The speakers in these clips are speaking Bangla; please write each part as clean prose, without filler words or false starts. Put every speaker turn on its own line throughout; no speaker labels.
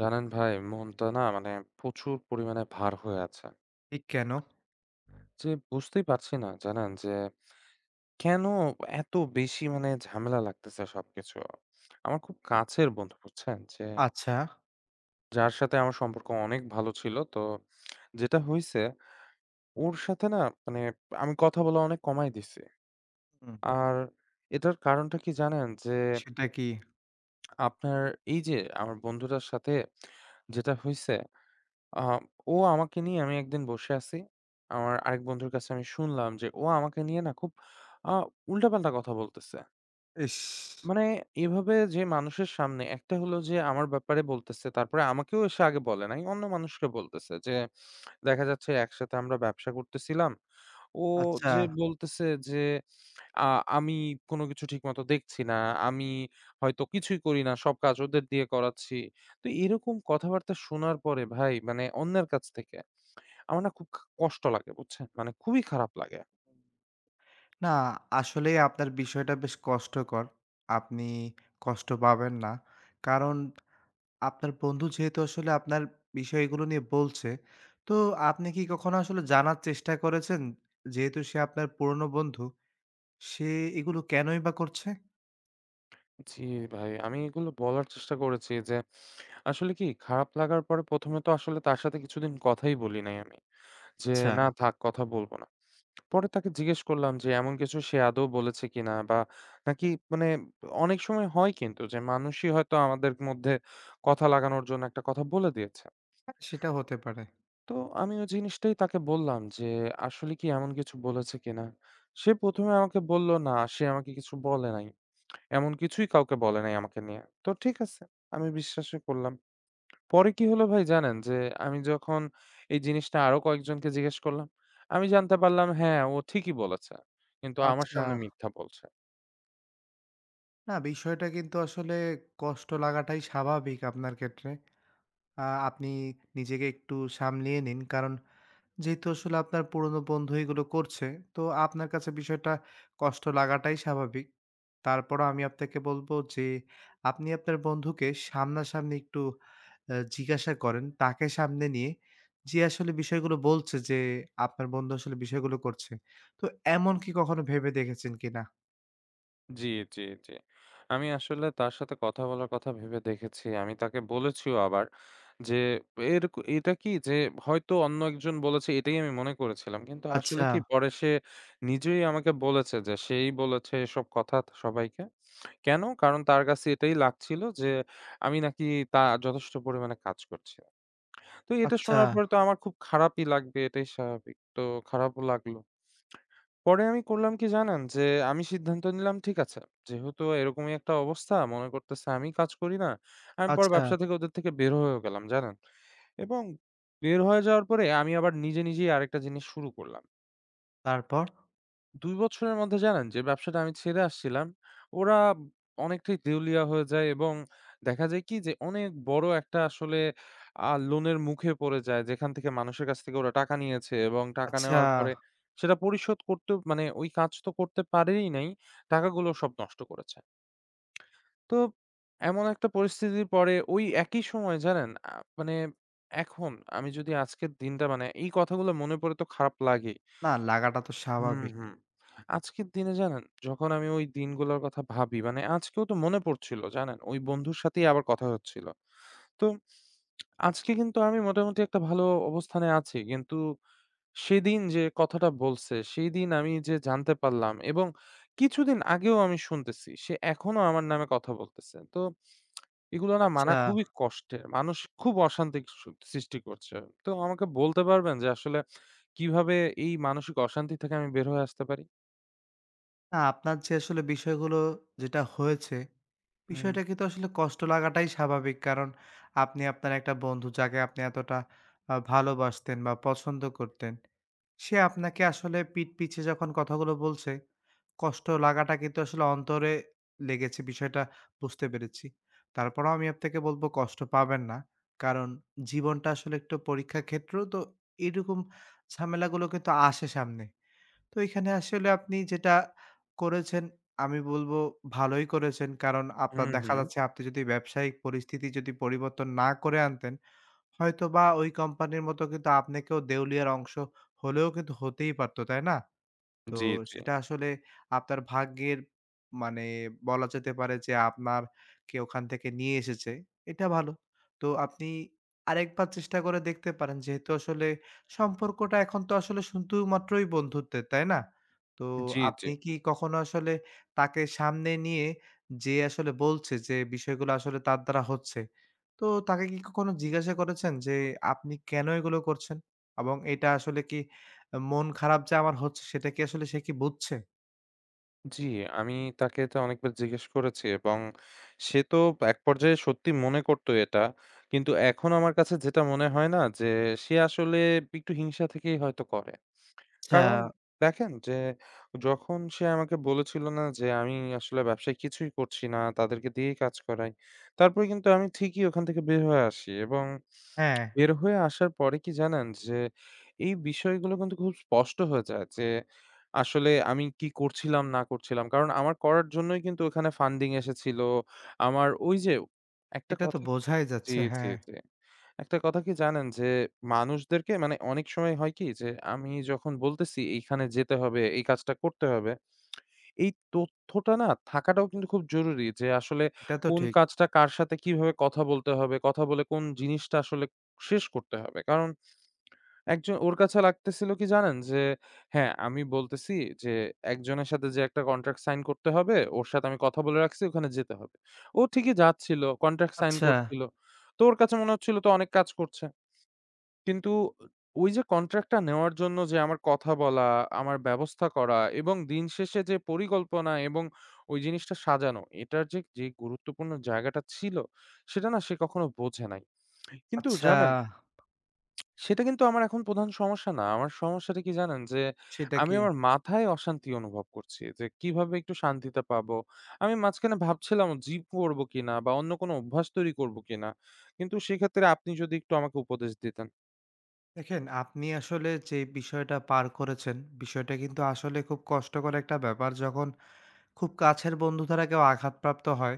জানেন ভাই মনটা না মানে প্রচুর পরিমাণে ভার হয়ে আছে।
ঠিক কেন?
যে বুঝতেই পারছি না জানেন যে কেন এত বেশি মানে ঝামেলা লাগতেছে সবকিছু। আমার খুব কাছের বন্ধু বুঝছেন? যে
আচ্ছা।
যার সাথে আমার সম্পর্ক অনেক ভালো ছিল। তো যেটা হইছে ওর সাথে না মানে আমি কথা বলা অনেক কমায় দিছি।
হুম।
আর এটার কারণটা কি জানেন? যে
সেটা কি?
আপনার এই যে আমার বন্ধুটার সাথে যেটা হইছে আ ও আমাকে নিয়ে আমি একদিন বসে আছি। আমার আরেক বন্ধুর কাছে আমি শুনলাম যে ও আমাকে নিয়ে না খুব আ উল্টাপাল্টা কথা বলতেছে।
ইস!
মানে এভাবে যে মানুষের সামনে একটা হলো যে আমার ব্যাপারে বলতেছে, তারপরে আমাকেও এসে আগে বলে নাই, অন্য মানুষকে বলতেছে যে দেখা যাচ্ছে একসাথে আমরা ব্যবসা করতেছিলাম। ও
আচ্ছা।
যে বলতেছে যে আ আমি কোনো কিছু ঠিকমতো দেখছি না, আমি হয়তো কিছুই করি না, সব কাজ ওদের দিয়ে করাচ্ছি। তো এরকম কথাবার্তা শোনার পরে ভাই মানে অন্যের কাছ থেকে আমার না খুব কষ্ট লাগে বুঝছেন? মানে খুবই খারাপ লাগে।
না, আসলেই আপনার বিষয়টা বেশ কষ্টকর। আপনি কষ্ট পাবেন না। কারণ আপনার বন্ধু যেহেতু আসলে আপনার বিষয়গুলো নিয়ে বলছে, তো আপনি কি কখনো আসলে জানার চেষ্টা করেছেন, যেহেতু সে আপনার পুরনো বন্ধু, সে এগুলো কেনই বা করছে?
জি ভাই, আমি এগুলো বলার চেষ্টা করেছি যে আসলে কি খারাপ লাগার পরে ১ম এ তো আসলে তার সাথে কিছুদিন কথাই বলি নাই আমি। যে
আচ্ছা।
না থাক কথা বলব না। পরে তাকে জিজ্ঞেস করলাম যে এমন কিছু সে আদৌ বলেছে কিনা বা নাকি মানে অনেক সময় হয় কিন্তু যে মানুষই হয়তো আমাদের মধ্যে কথা লাগানোর জন্য একটা কথা বলে দিয়েছে।
হ্যাঁ, সেটা হতে পারে।
তো আমি ওই জিনিসটাই তাকে বললাম যে আসলে কি এমন কিছু বলেছে কিনা? সে ১ম এ আমাকে বলল না সে আমাকে কিছু বলে নাই। এমন কিছুই কাউকে বলে নাই আমাকে নিয়ে। তো ঠিক আছে, আমি বিশ্বাসই করলাম। পরে কি হলো ভাই জানেন? যে আমি যখন এই জিনিসটা আরো কয়েকজনকে জিজ্ঞেস করলাম, আমি জানতে পারলাম হ্যাঁ, ও ঠিকই বলেছে। কিন্তু আমার
আচ্ছা।
সামনে মিথ্যা বলছে।
না, বিষয়টা কিন্তু আসলে কষ্ট লাগাটাই স্বাভাবিক আপনার ক্ষেত্রে। আ আপনি নিজেকে একটু সামলিয়ে নিন। কারণ যেহেতু আসলে আপনার পুরনো বন্ধু এগুলো করছে, তো আপনার কাছে বিষয়টা কষ্ট লাগাটাই স্বাভাবিক। তারপরও আমি আপনাকে বলব যে, আপনি আপনার বন্ধুকে সামনাসামনি একটু জিজ্ঞাসা করেন, তাকে সামনে নিয়ে যে আসলে বিষয়গুলো বলছে যে, আপনার বন্ধু আসলে বিষয়গুলো করছে। তো এমন কি কখনো ভেবে দেখেছেন কিনা?
জি, জি, জি। আমি আসলে তার সাথে কথা বলার কথা ভেবে দেখেছি। আমি তাকে বলেছিও আবার যে এর এটা কি যে হয়তো অন্য একজন বলেছে এটাই আমি মনে করেছিলাম। কিন্তু আসলে
আচ্ছা,
কি পরে সে নিজেই আমাকে বলেছে যে সেই বলেছে এসব কথা সবাইকে। কেন? কারণ তার কাছে এটাই লাগছিল যে আমি নাকি তা যথেষ্ট পরিমাণে কাজ করছি। তো এটা
আচ্ছা,
শোনার পরে তো আমার খুব খারাপই লাগবে এটাই স্বাভাবিক। তো খারাপও লাগলো। পরে আমি করলাম কি জানেন? যে আমি সিদ্ধান্ত নিলাম ঠিক আছে। যেহেতু এরকমই একটা অবস্থা মনে করতেছে আমি কাজ করি না। আমি পরে
আচ্ছা।
ব্যবসা থেকে ওদের থেকে বের হয়েও গেলাম জানেন? এবং বের হয়ে যাওয়ার পরে আমি আবার নিজে, নিজেই আরেকটা জিনিস শুরু করলাম।
তারপর?
২ বছরের মধ্যে জানেন যে ব্যবসাটা আমি ছেড়ে আসছিলাম, ওরা অনেকটাই দেউলিয়া হয়ে যায় এবং দেখা যায় কি যে অনেক বড় একটা আসলে লোনের মুখে পড়ে যায়। যেখান থেকে মানুষের কাছ থেকে ওরা টাকা নিয়েছে এবং টাকা
আচ্ছা।
নেওয়ার পরে সেটা পরিশোধ করতেও মানে ওই কাজ তো করতে পারেই নাই। টাকাগুলো সব নষ্ট করেছে। তো এমন একটা পরিস্থিতির পরে ওই একই সময় জানেন মানে এখন আমি যদি আজকের দিনটা মানে এই কথাগুলো মনে পড়ে তো খারাপ লাগেই।
না লাগাটা তো
হুম,
স্বাভাবিক।
হুম। আজকের দিনে জানেন যখন আমি ওই দিনগুলোর কথা ভাবি মানে আজকেও তো মনে পড়ছিল জানেন ওই বন্ধুর সাথেই আবার কথা হচ্ছিল। তো আজকে কিন্তু আমি মোটামুটি একটা ভালো অবস্থানে আছি। কিন্তু সেদিন যে কথাটা বলছে সেইদিন আমি যে জানতে পারলাম এবং কিছুদিন আগেও আমি শুনতেছি সে এখনো আমার নামে কথা বলতেছে। তো এগুলো না মানা
আচ্ছা।
খুবই কষ্টের। মানুষ খুব অশান্তি সৃষ্টি করছে। তো আমাকে বলতে পারবেন যে আসলে কিভাবে এই মানসিক অশান্তি থেকে আমি বের হয়ে আসতে পারি?
না, আপনার যে আসলে বিষয়গুলো যেটা হয়েছে,
হুম।
বিষয়টা কিন্তু আসলে কষ্ট লাগাটাই স্বাভাবিক। কারণ আপনি আপনার একটা বন্ধু যাকে আপনি এতটা ভালোবাসতেন বা পছন্দ করতেন, সে আপনাকে আসলে পিঠ পিছে যখন কথাগুলো বলছে, কষ্ট লাগাটা কিন্তু আসলে অন্তরে লেগেছে, বিষয়টা বুঝতে পেরেছি। তারপরেও আমি আপনাকে বলব কষ্ট পাবেন না। কারণ জীবনটা আসলে একটু পরীক্ষা ক্ষেত্র, তো এরকম ঝামেলাগুলো কিন্তু আসে সামনে। তো এখানে আসলে আপনি যেটা করেছেন, আমি বলব ভালোই করেছেন। কারণ আপনার
হুম,
দেখা
হুম।
যাচ্ছে আপনি যদি ব্যবসায়িক পরিস্থিতি যদি পরিবর্তন না করে আনতেন, হয়তোবা ওই কোম্পানির মতো কিন্তু আপনাকেও দেউলিয়ার অংশ হলেও কিন্তু হতেই পারত, তাই না? তো
জি, জি,
সেটা আসলে আপনার ভাগ্যের মানে বলা যেতে পারে যে আপনাকে ওখান থেকে নিয়ে এসেছে। এটা ভালো। তো আপনি আরেকবার চেষ্টা করে দেখতে পারেন। যেহেতু আসলে সম্পর্কটা এখন তো আসলে শুধুমাত্রই বন্ধুত্বের, তাই না? তো
জি, জি,
আপনি কি কখনো আসলে তাকে সামনে নিয়ে যে আসলে বলছে যে বিষয়গুলো আসলে তার দ্বারা হচ্ছে, তো তাকে কি কখনো জিজ্ঞাসা করেছেন যে আপনি কেন এগুলো করছেন? এবং এটা আসলে কি মন খারাপ যে আমার হচ্ছে সেটা কি আসলে সে কি বুঝছে?
জি। আমি তাকে এটা অনেকবার জিজ্ঞেস করেছি এবং সে তো এক পর্যায়ে সত্যি মনে করতো এটা। কিন্তু এখন আমার কাছে যেটা মনে হয় না যে সে আসলে একটু হিংসা থেকেই হয়তো করে।
আচ্ছা।
কারণ দেখেন যে যখন সে আমাকে বলেছিল না যে আমি আসলে ব্যবসায় কিছুই করছি না, তাদেরকে দিয়েই কাজ করাই। তারপরে কিন্তু আমি ঠিকই ওখান থেকে বের হয়ে আসি এবং
হ্যাঁ,
বের হয়ে আসার পরে কি জানেন? যে এই বিষয়গুলো কিন্তু খুব স্পষ্ট হয়ে যায় যে, আসলে আমি কি করছিলাম না করছিলাম। কারণ আমার করার জন্যই কিন্তু ওখানে ফান্ডিং এসেছিল। আমার ওই যে একটা
এটা তো
কথা
বোঝাই
জি,
যাচ্ছে।
জি,
হ্যাঁ,
জি। একটা কথা কি জানেন? যে মানুষদেরকে মানে অনেক সময় হয় কি? যে আমি যখন বলতেছি এইখানে যেতে হবে, এই কাজটা করতে হবে এই তথ্যটা না থাকাটাও কিন্তু খুব জরুরি যে আসলে
এটা তো
কোন
ঠিক।
কাজটা কার সাথে কিভাবে কথা বলতে হবে, কথা বলে কোন জিনিসটা আসলে শেষ করতে হবে। কারণ একজন ওর কাছে লাগতেছিল কি জানেন? যে হ্যাঁ, আমি বলতেছি যে একজনের সাথে যে একটা কন্ট্রাক্ট সাইন করতে হবে, ওর সাথে আমি কথা বলে রাখছি ওখানে যেতে হবে। ও ঠিকই যাচ্ছিল, কন্ট্রাক্ট সাইন
আচ্ছা,
করছিল। তো ওর কাছে মনে হচ্ছিল তো অনেক কাজ করছে। কিন্তু ওই যে কন্ট্রাক্টটা নেওয়ার জন্য যে আমার কথা বলা, আমার ব্যবস্থা করা এবং দিন শেষে যে পরিকল্পনা এবং ওই জিনিসটা সাজানো, এটার যে গুরুত্বপূর্ণ জায়গাটা ছিল, সেটা না সে কখনো বোঝে নাই। কিন্তু
আচ্ছা।
জানেন, সেটা কিন্তু আমার এখন প্রধান সমস্যা না। আমার সমস্যাটা কি জানেন? যে
সেটা
আমি
কি?
আমার মাথায় অশান্তি অনুভব করছি যে কিভাবে একটু শান্তিতে পাবো। আমি মাঝখানে ভাবছিলাম জিম করব কিনা বা অন্য কোনো অভ্যাস তৈরি করব কিনা। কিন্তু সেক্ষেত্রে আপনি যদি একটু আমাকে উপদেশ দিতেন।
দেখেন আপনি আসলে যে বিষয়টা পার করেছেন, বিষয়টা কিন্তু আসলে খুব কষ্টকর একটা ব্যাপার। যখন খুব কাছের বন্ধু দ্বারা কেউ আঘাতপ্রাপ্ত হয়,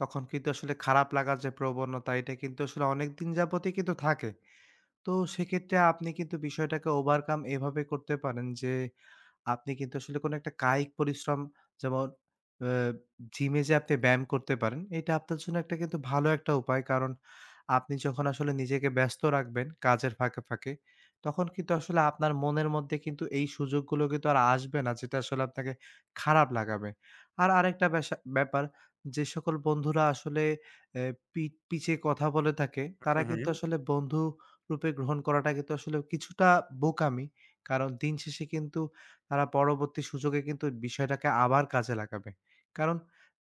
তখন কিন্তু আসলে খারাপ লাগার যে প্রবণতা এটা কিন্তু আসলে অনেকদিন যাবতই কিন্তু থাকে। তো সেক্ষেত্রে আপনি কিন্তু বিষয়টাকে ওভারকাম এভাবে করতে পারেন যে আপনি কিন্তু আসলে কোনো একটা কায়িক পরিশ্রম যেমন আ জিমে যে আপনি ব্যায়াম করতে পারেন, এটা আপনার জন্য একটা কিন্তু ভালো একটা উপায়। কারণ আপনি যখন আসলে নিজেকে ব্যস্ত রাখবেন কাজের ফাঁকে, তখন কিন্তু আসলে আপনার মনের মধ্যে কিন্তু এই সুযোগগুলো কিন্তু আর আসবে না, যেটা আসলে আপনাকে খারাপ লাগাবে। আর আরেকটা ব্যাপার যে সকল বন্ধুরা আসলে এ পি পিছে কথা বলে থাকে,
হু,
তারা
হু।
কিন্তু আসলে বন্ধু রূপে গ্রহণ করাটা কিন্তু আসলে কিছুটা বোকামি। কারণ দিন শেষে কিন্তু তারা পরবর্তী সুযোগে কিন্তু বিষয়টাকে আবার কাজে লাগাবে। কারণ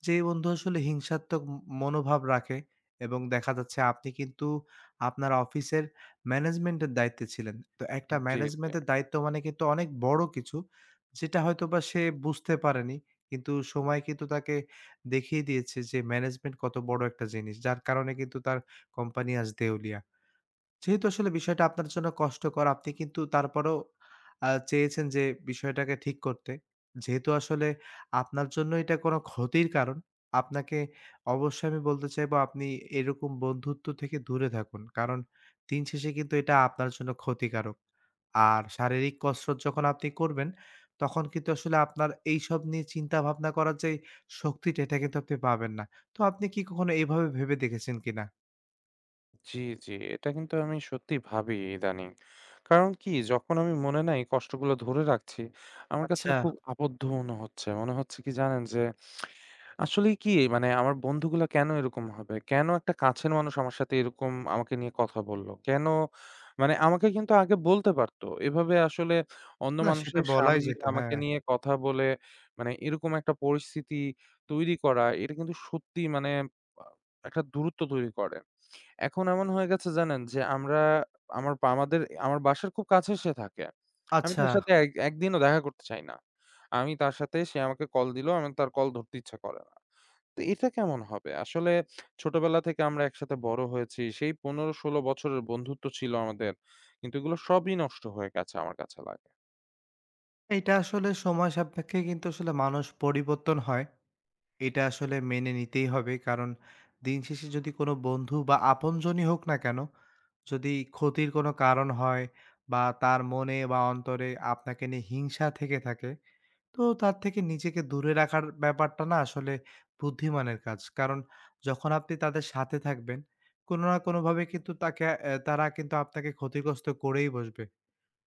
যেই বন্ধু আসলে হিংসাত্মক মনোভাব রাখে এবং দেখা যাচ্ছে আপনি কিন্তু আপনার অফিসের ম্যানেজমেন্টের দায়িত্বে ছিলেন। তো একটা
জি, জি,
ম্যানেজমেন্টের দায়িত্ব মানে কিন্তু অনেক বড় কিছু। যেটা হয়তোবা সে বুঝতে পারেনি। কিন্তু সময় কিন্তু তাকে দেখিয়ে দিয়েছে যে ম্যানেজমেন্ট কত বড় একটা জিনিস। যার কারণে কিন্তু তার কোম্পানি আজ দেউলিয়া। যেহেতু আসলে বিষয়টা আপনার জন্য কষ্টকর, আপনি কিন্তু তারপরেও চেয়েছেন যে বিষয়টাকে ঠিক করতে। যেহেতু আসলে আপনার জন্য এটা কোনো ক্ষতির কারণ, আপনাকে অবশ্যই আমি বলতে চাইবো আপনি এরকম বন্ধুত্ব থেকে দূরে থাকুন। কারণ দিন শেষে কিন্তু এটা আপনার জন্য ক্ষতিকারক। আর শারীরিক কসরত যখন আপনি করবেন, তখন কিন্তু আসলে আপনার এইসব নিয়ে চিন্তাভাবনা করার যে শক্তিটা, এটা কিন্তু আপনি পাবেন না। তো আপনি কি কখনো এভাবে ভেবে দেখেছেন কিনা?
জি, জি। এটা কিন্তু আমি সত্যি ভাবি ইদানিং। কারণ কি যখন আমি মনে না এই কষ্টগুলো ধরে রাখছি, আমার কাছে না
আচ্ছা।
খুব আবদ্ধ মনে হচ্ছে। মনে হচ্ছে কি জানেন যে আসলেই কি মানে আমার বন্ধুগুলা কেন এরকম হবে? কেন একটা কাছের মানুষ আমার সাথে এরকম আমাকে নিয়ে কথা বলল? কেন মানে আমাকে কিন্তু আগে বলতে পারত। এভাবে আসলে অন্য
না, সেটা
মানুষের
বলাই
সামনে
যেত,
আমাকে
হ্যাঁ।
নিয়ে কথা বলে মানে এরকম একটা পরিস্থিতি তৈরি করা এটা কিন্তু সত্যি মানে আ একটা দূরত্ব তৈরি করে। এখন এমন হয়ে গেছে জানেন যে আমরা আমার বা আমাদের আমার বাসার খুব কাছে সে থাকে। আমি
আচ্ছা,
তার সাথে এক একদিনও দেখা করতে চাই না। আমি তার সাথে সে আমাকে কল দিলো, আমার তার কল ধরতে ইচ্ছা করে না। তো এটা কেমন হবে? আসলে ছোটবেলা থেকে আমরা একসাথে বড় হয়েছি। সেই ১৫-১৬ বছরের বন্ধুত্ব ছিল আমাদের। কিন্তু এগুলো সবই নষ্ট হয়ে গেছে আমার কাছে লাগে।
এটা আসলে সময় সাপেক্ষে কিন্তু আসলে মানুষ পরিবর্তন হয়। এটা আসলে মেনে নিতেই হবে। কারণ দিন শেষে যদি কোনো বন্ধু বা আপনজনই হোক না কেন, যদি ক্ষতির কোনো কারণ হয় বা তার মনে বা অন্তরে আপনাকে নিয়ে হিংসা থেকে থাকে, তো তার থেকে নিজেকে দূরে রাখার ব্যাপারটা না আসলে বুদ্ধিমানের কাজ। কারণ যখন আপনি তাদের সাথে থাকবেন, কোনো না কোনোভাবে কিন্তু তাকে অ্যা তারা কিন্তু আপনাকে ক্ষতিগ্রস্ত করেই বসবে।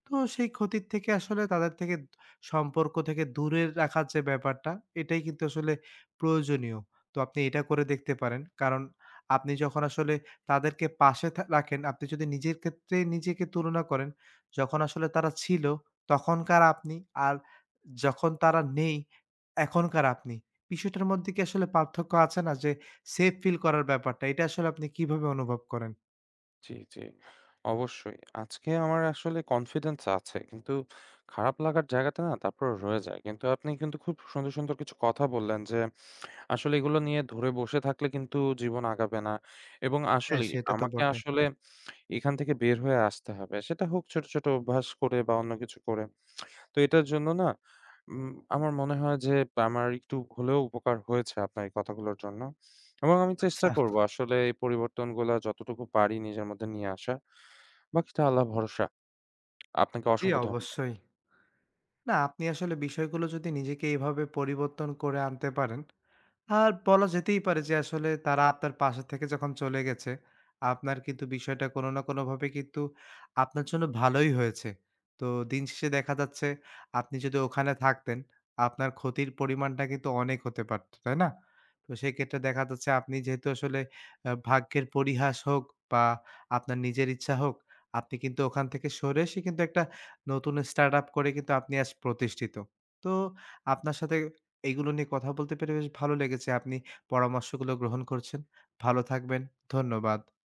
তো সেই ক্ষতির থেকে আসলে তাদের থেকে সম্পর্ক থেকে দূরে রাখার যে ব্যাপারটা, এটাই কিন্তু আসলে প্রয়োজনীয়। তো আপনি এটা করে দেখতে পারেন। কারণ আপনি যখন আসলে তাদেরকে পাশে রাখেন, আপনি যদি নিজের ক্ষেত্রে নিজেকে তুলনা করেন, যখন আসলে তারা ছিল, তখনকার আপনি আর যখন তারা নেই, এখনকার আপনি। বিষয়টার মধ্যে কি আসলে পার্থক্য আছে না? যে সেফ ফিল করার ব্যাপারটা, এটা আসলে আপনি কিভাবে অনুভব করেন?
জি, জি। অবশ্যই। আজকে আমার আসলে কনফিডেন্স আছে। কিন্তু খারাপ লাগার জায়গাটা না তারপরেও রয়ে যায়। কিন্তু আপনি কিন্তু খুব সুন্দর, সুন্দর কিছু কথা বললেন যে আসলে এগুলো নিয়ে ধরে বসে থাকলে কিন্তু জীবন আগাবে না। এবং
হ্যাঁ,
আসলেই
সেটা তো
আমাকে
বটে।
আসলে এখান থেকে বের হয়ে আসতে হবে। সেটা হোক ছোট, ছোট অভ্যাস করে বা অন্য কিছু করে। তো এটার জন্য না উম আমার মনে হয় যে আমার একটু হলেও উপকার হয়েছে আপনার এই কথাগুলোর জন্য। এবং আমি চেষ্টা
আচ্ছা।
করব আসলে এই পরিবর্তনগুলা যতটুকু পারি নিজের মধ্যে নিয়ে আসা। বাকিটা আল্লাহ ভরসা। আপনাকে
জি,
অসংখ্য ধন্যবাদ।
অবশ্যই। না, আপনি আসলে বিষয়গুলো যদি নিজেকে এভাবে পরিবর্তন করে আনতে পারেন, আর বলা যেতেই পারে যে আসলে তারা আপনার পাশে থেকে যখন চলে গেছে, আপনার কিন্তু বিষয়টা কোনো না কোনোভাবে কিন্তু আপনার জন্য ভালোই হয়েছে। তো দিন শেষে দেখা যাচ্ছে আপনি যদি ওখানে থাকতেন, আপনার ক্ষতির পরিমাণটা কিন্তু অনেক হতে পারত, তাই না? তো সেক্ষেত্রে দেখা যাচ্ছে আপনি যেহেতু আসলে ভাগ্যের পরিহাস হোক বা আপনার নিজের ইচ্ছা হোক, আপনি কিন্তু ওখান থেকে সরে এসে কিন্তু একটা নতুন স্টার্ট আপ করে কিন্তু আপনি আজ প্রতিষ্ঠিত। তো আপনার সাথে এইগুলো নিয়ে কথা বলতে পেরে বেশ ভালো লেগেছে। আপনি পরামর্শগুলো গ্রহণ করছেন। ভালো থাকবেন। ধন্যবাদ।